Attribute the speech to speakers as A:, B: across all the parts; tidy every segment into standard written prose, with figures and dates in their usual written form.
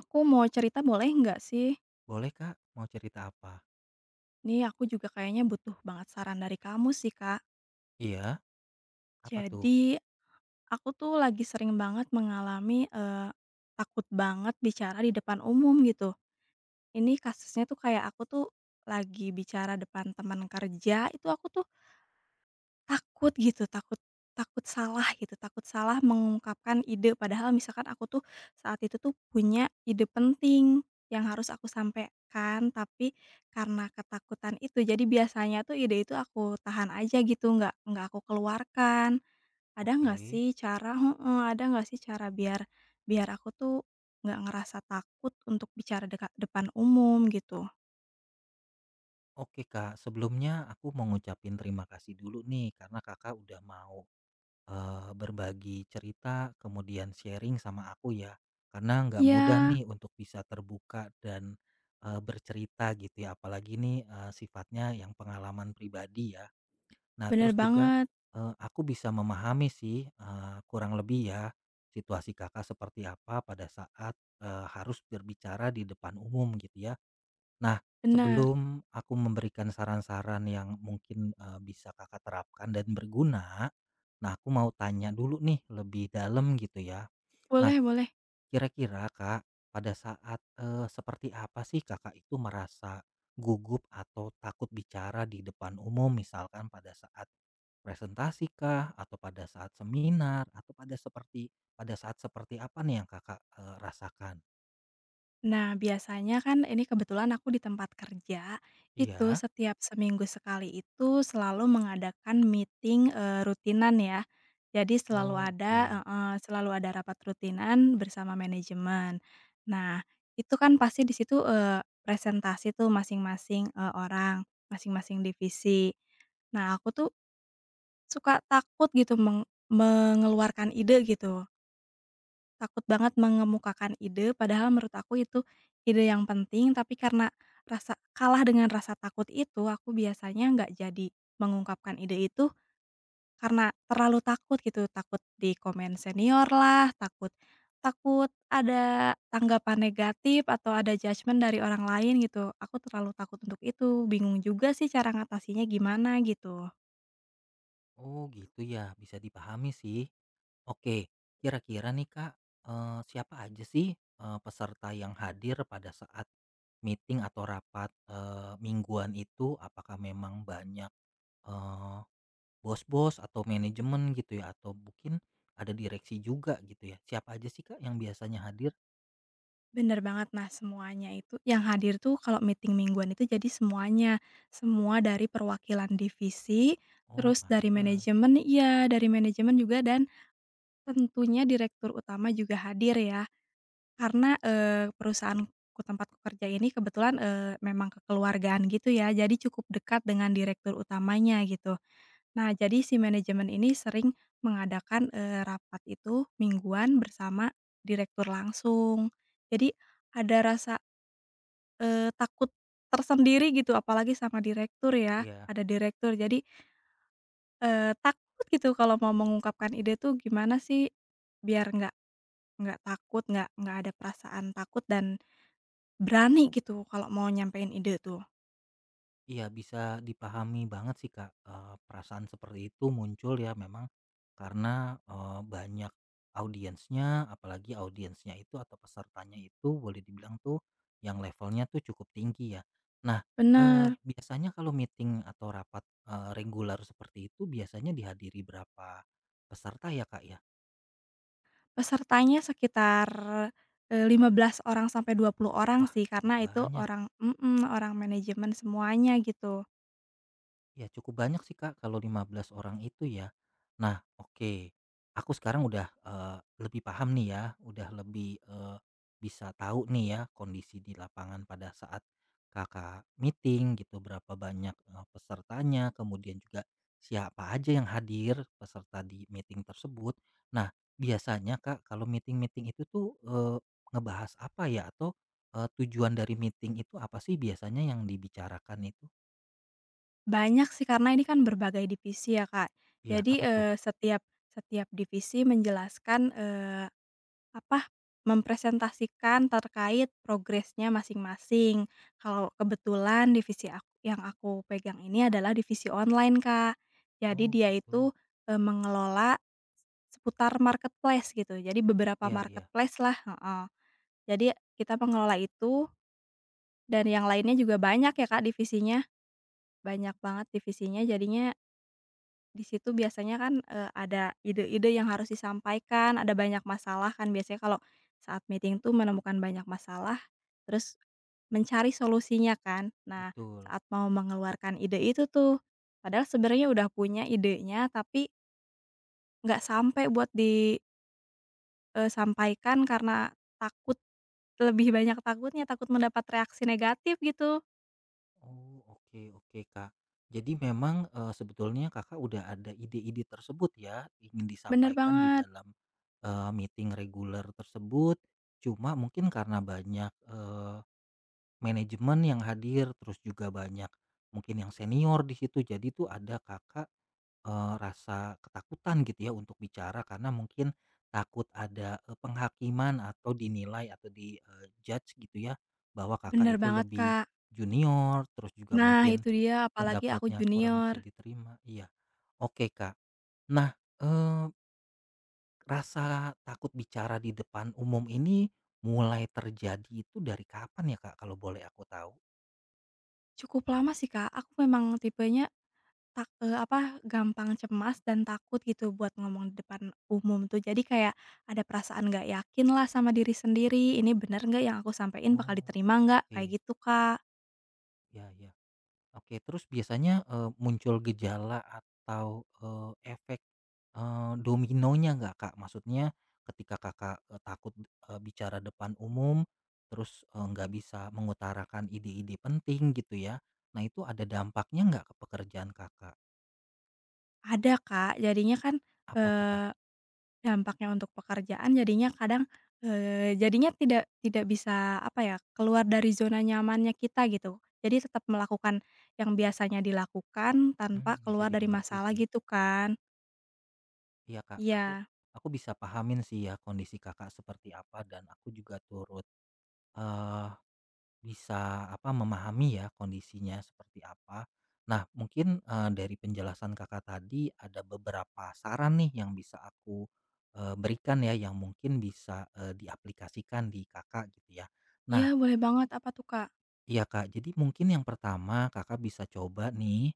A: Aku mau cerita boleh nggak sih?
B: Boleh Kak, mau cerita apa?
A: Nih aku juga kayaknya butuh banget saran dari kamu sih, Kak.
B: Iya, apa tuh?
A: Jadi, aku tuh lagi sering banget mengalami, takut banget bicara di depan umum gitu. Ini kasusnya tuh kayak aku tuh lagi bicara depan teman kerja, itu aku tuh takut gitu, takut takut salah gitu, takut salah mengungkapkan ide. Padahal misalkan aku tuh saat itu tuh punya ide penting yang harus aku sampaikan, tapi karena ketakutan itu, jadi biasanya tuh ide itu aku tahan aja gitu, nggak aku keluarkan. Ada nggak
B: Oke.
A: sih cara heeh, ada nggak sih cara biar biar aku tuh nggak ngerasa takut untuk bicara dekat depan umum gitu?
B: Oke Kak, sebelumnya aku mau ngucapin terima kasih dulu nih karena Kakak udah mau, berbagi cerita kemudian sharing sama aku ya. Karena nggak mudah
A: Iya,
B: nih untuk bisa terbuka dan, bercerita gitu ya apalagi nih, sifatnya yang pengalaman pribadi ya. Nah,
A: bener
B: terus juga,
A: banget,
B: aku bisa memahami sih, kurang lebih ya, situasi Kakak seperti apa pada saat, harus berbicara di depan umum gitu ya. Nah,
A: bener.
B: sebelum aku memberikan saran-saran yang mungkin, bisa Kakak terapkan dan berguna, nah aku mau tanya dulu nih lebih dalam gitu ya. Nah,
A: Boleh boleh.
B: kira-kira Kak, pada saat, seperti apa sih Kakak itu merasa gugup atau takut bicara di depan umum misalkan pada saat presentasi kah? Atau pada saat seminar? Atau pada seperti pada saat seperti apa nih yang Kakak, rasakan?
A: Nah, biasanya kan ini kebetulan aku di tempat kerja, itu
B: Iya?
A: setiap seminggu sekali itu selalu mengadakan meeting, rutinan ya. Jadi selalu
B: Oh,
A: ada
B: oke.
A: heeh, selalu ada rapat rutinan bersama manajemen. Nah, itu kan pasti di situ, presentasi tuh masing-masing, orang, masing-masing divisi. Nah, aku tuh suka takut gitu mengeluarkan ide gitu. Takut banget mengemukakan ide, padahal menurut aku itu ide yang penting, tapi karena rasa kalah dengan rasa takut itu, aku biasanya nggak jadi mengungkapkan ide itu karena terlalu takut gitu, takut di komen senior lah, takut takut ada tanggapan negatif atau ada judgement dari orang lain gitu. Aku terlalu takut untuk itu, bingung juga sih cara ngatasinnya gimana gitu.
B: Oh, gitu ya, bisa dipahami sih. Oke, kira-kira nih Kak, siapa aja sih, peserta yang hadir pada saat meeting atau rapat, mingguan itu? Apakah memang banyak, eee, bos-bos atau manajemen gitu ya? Atau mungkin ada direksi juga gitu ya? Siapa aja sih Kak yang biasanya hadir?
A: Bener banget. Nah, semuanya itu yang hadir tuh kalau meeting mingguan itu jadi semuanya. Semua dari perwakilan divisi,
B: Oh
A: terus dari
B: pantes.
A: manajemen iya, dari manajemen juga dan tentunya direktur utama juga hadir ya. Karena, perusahaanku tempatku kerja ini kebetulan, memang kekeluargaan gitu ya, jadi cukup dekat dengan direktur utamanya gitu. Nah, jadi si manajemen ini sering mengadakan, rapat itu mingguan bersama direktur langsung. Jadi ada rasa takut tersendiri gitu apalagi sama direktur ya,
B: Iya
A: ada direktur. Jadi, takut gitu kalau mau mengungkapkan ide tuh gimana sih biar nggak takut, nggak ada perasaan takut dan berani gitu kalau mau nyampein ide tuh.
B: iya, bisa dipahami banget sih Kak, perasaan seperti itu muncul ya memang karena, banyak audiensnya, apalagi audiensnya itu atau pesertanya itu boleh dibilang tuh yang levelnya tuh cukup tinggi ya. Nah,
A: Bener,
B: biasanya kalau meeting atau rapat, reguler seperti itu biasanya dihadiri berapa peserta ya Kak ya?
A: pesertanya sekitar, 15 orang sampai 20 orang
B: Wah
A: sih
B: cukup
A: karena itu
B: banyak.
A: orang manajemen semuanya gitu.
B: Ya cukup banyak sih Kak kalau 15 orang itu ya. Nah, oke. Aku sekarang udah lebih paham nih ya, udah lebih bisa tahu nih ya kondisi di lapangan pada saat Kakak meeting gitu, berapa banyak pesertanya, kemudian juga siapa aja yang hadir peserta di meeting tersebut. Nah, biasanya Kak kalau meeting-meeting itu tuh ngebahas apa ya atau tujuan dari meeting itu apa sih biasanya yang dibicarakan itu?
A: Banyak sih karena ini kan berbagai divisi ya, Kak.
B: Ya,
A: Jadi,
B: apa tuh?
A: setiap setiap divisi menjelaskan, apa, mempresentasikan terkait progresnya masing-masing. Kalau kebetulan divisi ak yang aku pegang ini adalah divisi online, Kak. Jadi
B: Oh
A: dia itu,
B: gitu.
A: mengelola seputar marketplace gitu, jadi beberapa
B: Iya iya,
A: marketplace lah, heeh. Jadi kita mengelola itu dan yang lainnya juga banyak ya, Kak, divisinya, banyak banget divisinya jadinya di situ biasanya kan, ada ide-ide yang harus disampaikan, ada banyak masalah kan biasanya kalau saat meeting tuh menemukan banyak masalah, terus mencari solusinya kan. Nah,
B: betul.
A: saat mau mengeluarkan ide itu tuh, padahal sebenarnya udah punya idenya tapi nggak sampai buat disampaikan karena takut, lebih banyak takutnya, takut mendapat reaksi negatif gitu.
B: Oh, oke oke, Kak. Jadi memang, sebetulnya Kakak udah ada ide-ide tersebut ya, ingin
A: Bener
B: disampaikan di
A: banget
B: dalam, meeting reguler tersebut. Cuma mungkin karena banyak, manajemen yang hadir, terus juga banyak mungkin yang senior di situ, jadi tuh ada Kakak rasa ketakutan gitu ya untuk bicara karena mungkin takut ada, penghakiman atau dinilai atau di, judge gitu ya, bahwa Kakak
A: bener
B: itu
A: banget,
B: lebih
A: Kak.
B: junior, terus juga
A: Nah
B: mungkin
A: itu dia apalagi aku
B: pendapatnya kurang
A: junior.
B: bisa diterima. Iya, oke Kak. Nah, eee, rasa takut bicara di depan umum ini mulai terjadi itu dari kapan ya Kak, kalau boleh aku tahu?
A: Cukup lama sih, Kak. Aku memang tipenya tak eee, apa, gampang cemas dan takut gitu buat ngomong di depan umum tuh. Jadi kayak ada perasaan nggak yakin lah sama diri sendiri, ini bener nggak yang aku sampein bakal
B: Oh,
A: diterima nggak,
B: oke.
A: kayak gitu, Kak.
B: Ya ya. Oke, terus biasanya, muncul gejala atau, efek, dominonya nggak, Kak? Maksudnya ketika Kakak, takut, bicara depan umum, terus, nggak bisa mengutarakan ide-ide penting gitu ya. Nah itu ada dampaknya nggak ke pekerjaan Kakak?
A: Ada, Kak. Jadinya kan,
B: Apa tuh, Kak?
A: eee, dampaknya untuk pekerjaan jadinya kadang, jadinya tidak tidak bisa, apa ya, keluar dari zona nyamannya kita gitu. Jadi tetap melakukan yang biasanya dilakukan
B: Mmm,
A: tanpa keluar
B: bisa
A: dari
B: dimengerti
A: masalah
B: sih.
A: gitu kan.
B: Iya, Kak, aku
A: Iya.
B: aku bisa pahamin sih ya kondisi Kakak seperti apa dan aku juga turut, bisa, apa, memahami ya kondisinya seperti apa. Nah, mungkin, dari penjelasan Kakak tadi ada beberapa saran nih yang bisa aku, berikan ya yang mungkin bisa, diaplikasikan di Kakak gitu ya. Nah,
A: Iya, boleh banget. Apa tuh, Kak?
B: iya Kak, jadi mungkin yang pertama Kakak bisa coba nih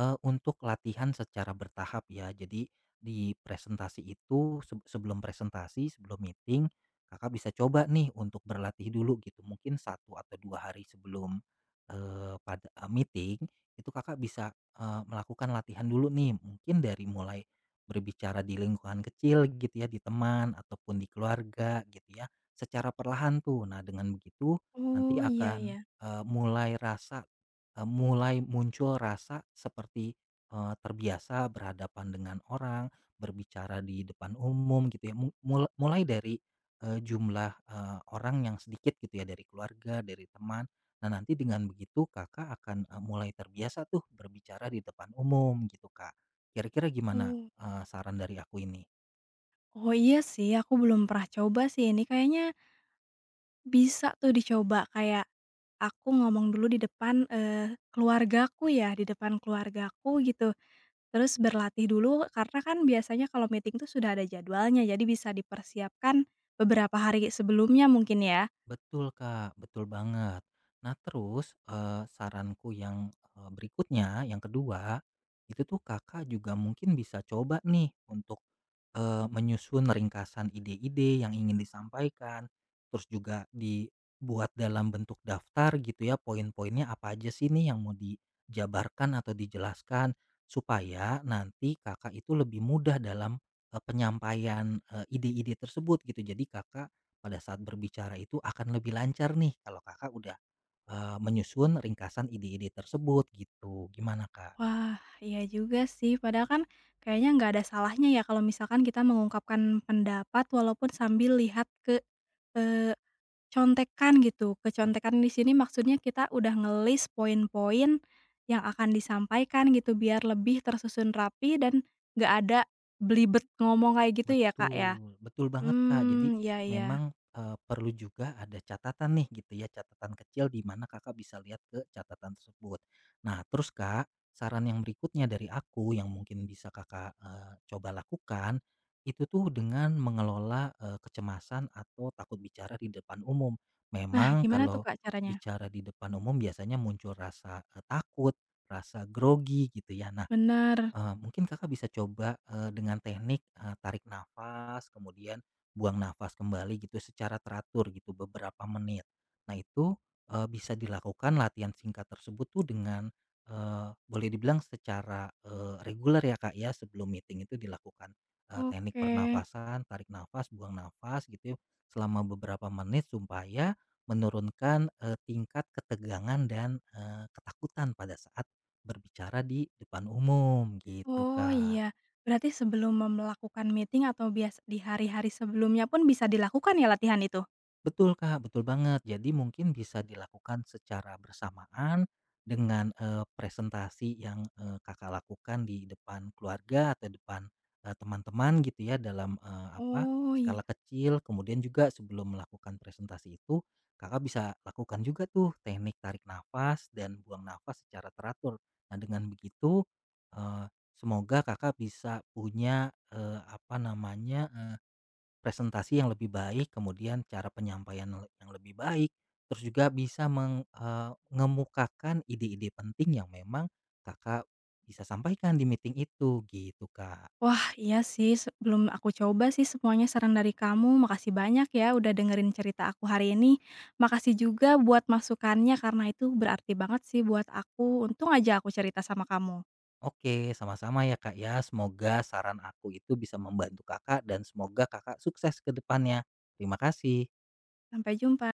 B: untuk latihan secara bertahap ya. Jadi di presentasi itu sebelum presentasi, sebelum meeting, Kakak bisa coba nih untuk berlatih dulu gitu. Mungkin satu atau dua hari sebelum meeting itu Kakak bisa melakukan latihan dulu nih. Mungkin dari mulai berbicara di lingkungan kecil gitu ya, di teman ataupun di keluarga gitu ya. Secara perlahan tuh. Nah dengan begitu nanti
A: Oh, iya
B: akan
A: iya.
B: Eee, mulai rasa eee, mulai muncul rasa seperti, terbiasa berhadapan dengan orang, berbicara di depan umum gitu ya, mu mul mulai dari, jumlah, orang yang sedikit gitu ya, dari keluarga, dari teman. Nah, nanti dengan begitu Kakak akan, mulai terbiasa tuh berbicara di depan umum gitu, Kak. Kira-kira gimana,
A: Oh.
B: saran dari aku ini?
A: Oh, iya sih, aku belum pernah coba sih ini. Kayaknya bisa tuh dicoba, kayak aku ngomong dulu di depan, keluargaku ya, di depan keluargaku gitu. Terus berlatih dulu karena kan biasanya kalau meeting tuh sudah ada jadwalnya, jadi bisa dipersiapkan beberapa hari sebelumnya mungkin ya?
B: Betul Kak, betul banget. Nah terus, saranku yang, berikutnya, yang kedua, itu tuh Kakak juga mungkin bisa coba nih untuk menyusun ringkasan ide-ide yang ingin disampaikan, terus juga dibuat dalam bentuk daftar gitu ya, poin-poinnya apa aja sih nih yang mau dijabarkan atau dijelaskan, supaya nanti Kakak itu lebih mudah dalam, penyampaian, ide-ide tersebut gitu. Jadi Kakak pada saat berbicara itu akan lebih lancar nih kalau Kakak udah, menyusun ringkasan ide-ide tersebut gitu. Gimana, Kak?
A: Wah, iya juga sih. Padahal kan kayaknya nggak ada salahnya ya kalau misalkan kita mengungkapkan pendapat walaupun sambil lihat ke eee contekan gitu, kecontekan di sini maksudnya kita udah ngelis poin-poin yang akan disampaikan gitu biar lebih tersusun rapi dan nggak ada belibet ngomong kayak gitu ya, Kak, ya?
B: Betul, betul banget Kak. Jadi
A: Mmm, iya iya.
B: memang, perlu juga ada catatan nih gitu ya, catatan kecil di mana Kakak bisa lihat ke catatan tersebut. Nah terus Kak, saran yang berikutnya dari aku yang mungkin bisa Kakak, coba lakukan, itu tuh dengan mengelola, kecemasan atau takut bicara di depan umum.
A: Nah,
B: Memang
A: gimana tuh,
B: kalau
A: Kak, caranya?
B: bicara di depan umum biasanya muncul rasa, takut, rasa grogi gitu ya. Nah
A: Bener,
B: Mungkin Kakak bisa coba, dengan teknik, tarik nafas, kemudian buang nafas kembali gitu secara teratur gitu beberapa menit. Nah itu, bisa dilakukan latihan singkat tersebut tuh dengan, boleh dibilang secara, reguler ya, Kak, ya sebelum meeting itu dilakukan, teknik
A: oke.
B: pernafasan, tarik nafas, buang nafas gitu ya selama beberapa menit supaya menurunkan, tingkat ketegangan dan, ketakutan pada saat berbicara di depan umum gitu,
A: Oh,
B: Kak.
A: iya. Berarti sebelum melakukan meeting atau bias di hari-hari sebelumnya pun bisa dilakukan ya latihan itu?
B: Betul Kak, betul banget. Jadi mungkin bisa dilakukan secara bersamaan dengan presentasi yang Kakak lakukan di depan keluarga atau depan teman-teman gitu ya dalam apa
A: Oh, iya.
B: skala kecil. Kemudian juga sebelum melakukan presentasi itu, Kakak bisa lakukan juga tuh teknik tarik nafas dan buang nafas secara teratur. Nah, dengan begitu semoga Kakak bisa punya apa namanya presentasi yang lebih baik, kemudian cara penyampaian yang lebih baik, terus juga bisa mengemukakan ide-ide penting yang memang Kakak bisa sampaikan di meeting itu, gitu, Kak.
A: Wah, iya sih, sebelum aku coba sih semuanya saran dari kamu. Makasih banyak ya udah dengerin cerita aku hari ini. Makasih juga buat masukannya karena itu berarti banget sih buat aku. Untung aja aku cerita sama kamu.
B: Oke, sama-sama ya, Kak, ya. Semoga saran aku itu bisa membantu Kakak dan semoga Kakak sukses ke depannya. Terima kasih.
A: Sampai jumpa.